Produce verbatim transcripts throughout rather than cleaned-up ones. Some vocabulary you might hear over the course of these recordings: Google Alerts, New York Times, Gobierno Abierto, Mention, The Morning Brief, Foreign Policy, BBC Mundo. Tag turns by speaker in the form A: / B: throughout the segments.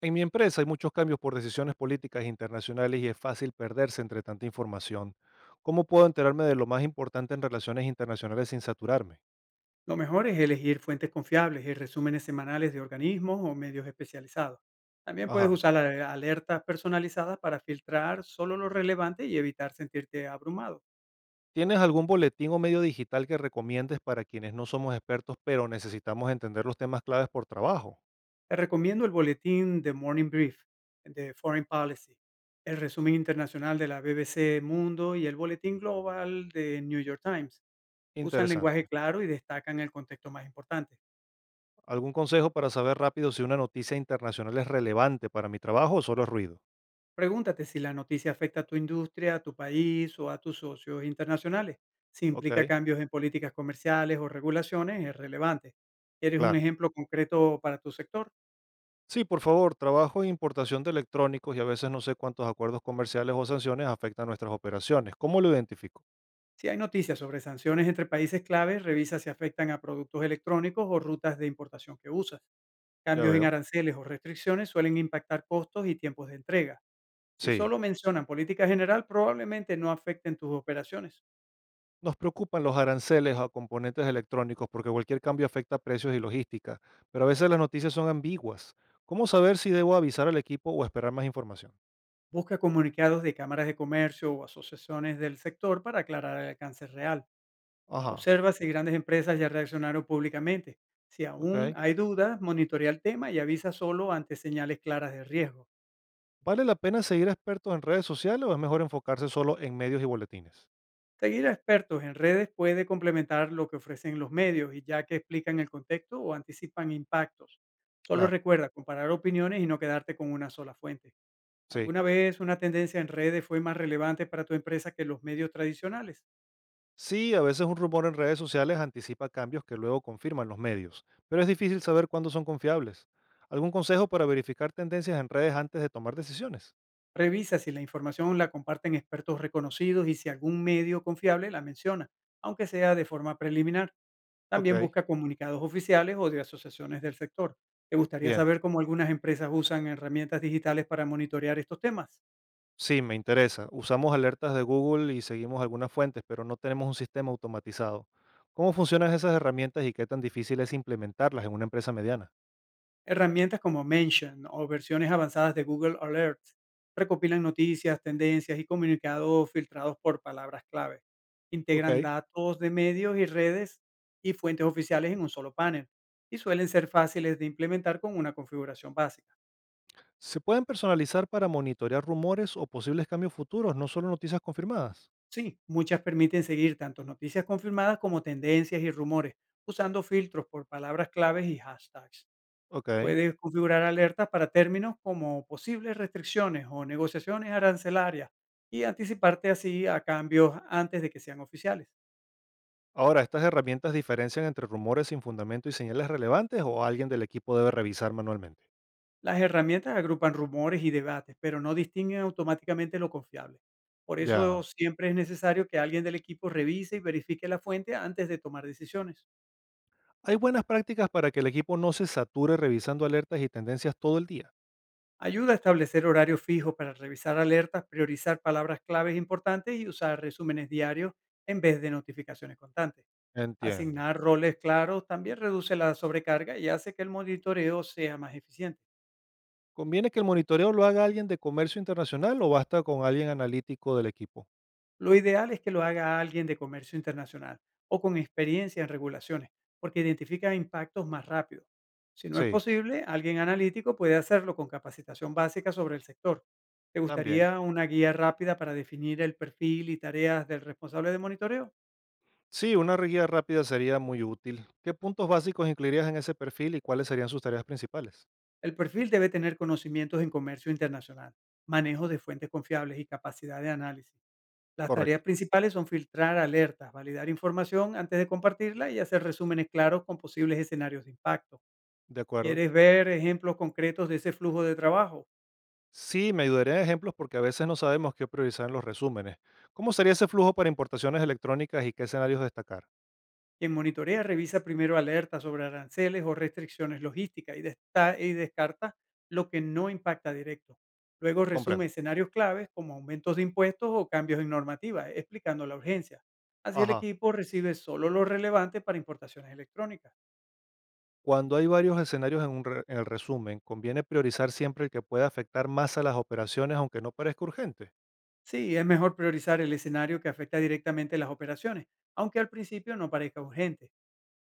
A: En mi empresa hay muchos cambios por decisiones políticas internacionales y es fácil perderse entre tanta información. ¿Cómo puedo enterarme de lo más importante en relaciones internacionales sin saturarme?
B: Lo mejor es elegir fuentes confiables y resúmenes semanales de organismos o medios especializados. También puedes
A: Ajá.
B: usar ale- alertas personalizadas para filtrar solo lo relevante y evitar sentirte abrumado.
A: ¿Tienes algún boletín o medio digital que recomiendes para quienes no somos expertos pero necesitamos entender los temas claves por trabajo?
B: Te recomiendo el boletín The Morning Brief de Foreign Policy, el resumen internacional de la B B C Mundo y el boletín global de New York Times. Usan lenguaje
A: Interesante.
B: claro y destacan el contexto más importante.
A: ¿Algún consejo para saber rápido si una noticia internacional es relevante para mi trabajo o solo es ruido?
B: Pregúntate si la noticia afecta a tu industria, a tu país o a tus socios internacionales. Si
A: Ok,
B: implica cambios en políticas comerciales o regulaciones, es relevante. ¿Eres un
A: claro.
B: ejemplo concreto para tu sector?
A: Sí, por favor, trabajo en importación de electrónicos y a veces no sé cuántos acuerdos comerciales o sanciones afectan nuestras operaciones. ¿Cómo lo identifico?
B: Si hay noticias sobre sanciones entre países claves, revisa si afectan a productos electrónicos o rutas de importación que usas.
A: Ya
B: Cambios en
A: veo.
B: aranceles o restricciones suelen impactar costos y tiempos de entrega. Si
A: Sí.
B: solo mencionan política general, probablemente no afecten tus operaciones.
A: Nos preocupan los aranceles a componentes electrónicos porque cualquier cambio afecta precios y logística, pero a veces las noticias son ambiguas. ¿Cómo saber si debo avisar al equipo o esperar más información?
B: Busca comunicados de cámaras de comercio o asociaciones del sector para aclarar el alcance real.
A: Ajá,
B: Observa si grandes empresas ya reaccionaron públicamente. Si aún
A: ok.
B: hay dudas, monitorea el tema y avisa solo ante señales claras de riesgo.
A: ¿Vale la pena seguir a expertos en redes sociales o es mejor enfocarse solo en medios y boletines?
B: Seguir a expertos en redes puede complementar lo que ofrecen los medios y ya que explican el contexto o anticipan impactos. Solo
A: Claro,
B: recuerda comparar opiniones y no quedarte con una sola fuente.
A: sí.
B: ¿Alguna vez una tendencia en redes fue más relevante para tu empresa que los medios tradicionales?
A: Sí, a veces un rumor en redes sociales anticipa cambios que luego confirman los medios, pero es difícil saber cuándo son confiables. ¿Algún consejo para verificar tendencias en redes antes de tomar decisiones?
B: Revisa si la información la comparten expertos reconocidos y si algún medio confiable la menciona, aunque sea de forma preliminar.
A: Ok,
B: También busca comunicados oficiales o de asociaciones del sector. ¿Te gustaría
A: bien.
B: saber cómo algunas empresas usan herramientas digitales para monitorear estos temas?
A: Sí, me interesa. Usamos alertas de Google y seguimos algunas fuentes, pero no tenemos un sistema automatizado. ¿Cómo funcionan esas herramientas y qué tan difícil es implementarlas en una empresa mediana?
B: Herramientas como Mention o versiones avanzadas de Google Alerts recopilan noticias, tendencias y comunicados filtrados por palabras clave. Integran
A: Ok.
B: datos de medios y redes y fuentes oficiales en un solo panel, y suelen ser fáciles de implementar con una configuración básica.
A: ¿Se pueden personalizar para monitorear rumores o posibles cambios futuros, no solo noticias confirmadas?
B: Sí, muchas permiten seguir tanto noticias confirmadas como tendencias y rumores usando filtros por palabras claves y hashtags.
A: Ok.
B: Puedes configurar alertas para términos como posibles restricciones o negociaciones arancelarias y anticiparte así a cambios antes de que sean oficiales.
A: Ahora, ¿estas herramientas diferencian entre rumores sin fundamento y señales relevantes o alguien del equipo debe revisar manualmente?
B: Las herramientas agrupan rumores y debates, pero no distinguen automáticamente lo confiable. Por eso
A: Ya.
B: siempre es necesario que alguien del equipo revise y verifique la fuente antes de tomar decisiones.
A: Hay buenas prácticas para que el equipo no se sature revisando alertas y tendencias todo el día.
B: Ayuda a establecer horarios fijos para revisar alertas, priorizar palabras claves importantes y usar resúmenes diarios en vez de notificaciones constantes.
A: Entiendo.
B: Asignar roles claros también reduce la sobrecarga y hace que el monitoreo sea más eficiente.
A: ¿Conviene que el monitoreo lo haga alguien de comercio internacional o basta con alguien analítico del equipo?
B: Lo ideal es que lo haga alguien de comercio internacional o con experiencia en regulaciones, porque identifica impactos más rápido. Si no es
A: Sí,
B: posible, alguien analítico puede hacerlo con capacitación básica sobre el sector. ¿Te
A: también.
B: gustaría una guía rápida para definir el perfil y tareas del responsable de monitoreo?
A: Sí, una guía rápida sería muy útil. ¿Qué puntos básicos incluirías en ese perfil y cuáles serían sus tareas principales?
B: El perfil debe tener conocimientos en comercio internacional, manejo de fuentes confiables y capacidad de análisis. Las tareas
A: Correcto.
B: principales son filtrar alertas, validar información antes de compartirla y hacer resúmenes claros con posibles escenarios de impacto.
A: De acuerdo.
B: ¿Quieres ver ejemplos concretos de ese flujo de trabajo?
A: Sí, me ayudaría en ejemplos porque a veces no sabemos qué priorizar en los resúmenes. ¿Cómo sería ese flujo para importaciones electrónicas y qué escenarios destacar?
B: Quien monitorea revisa primero alertas sobre aranceles o restricciones logísticas y, desta- y descarta lo que no impacta directo. Luego resume
A: Comprendo.
B: escenarios claves como aumentos de impuestos o cambios en normativa, explicando la urgencia. Así el
A: Ajá.
B: equipo recibe solo lo relevante para importaciones electrónicas.
A: Cuando hay varios escenarios en, un re- en el resumen, conviene priorizar siempre el que pueda afectar más a las operaciones, aunque no parezca urgente.
B: Sí, es mejor priorizar el escenario que afecta directamente las operaciones, aunque al principio no parezca urgente.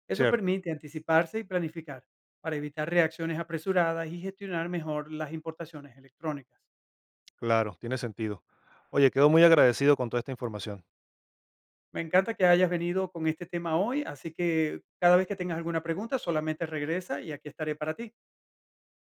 B: Eso
A: Cierto.
B: permite anticiparse y planificar para evitar reacciones apresuradas y gestionar mejor las importaciones electrónicas.
A: Claro, tiene sentido. Oye, quedo muy agradecido con toda esta información.
B: Me encanta que hayas venido con este tema hoy, así que cada vez que tengas alguna pregunta, solamente regresa y aquí estaré para ti.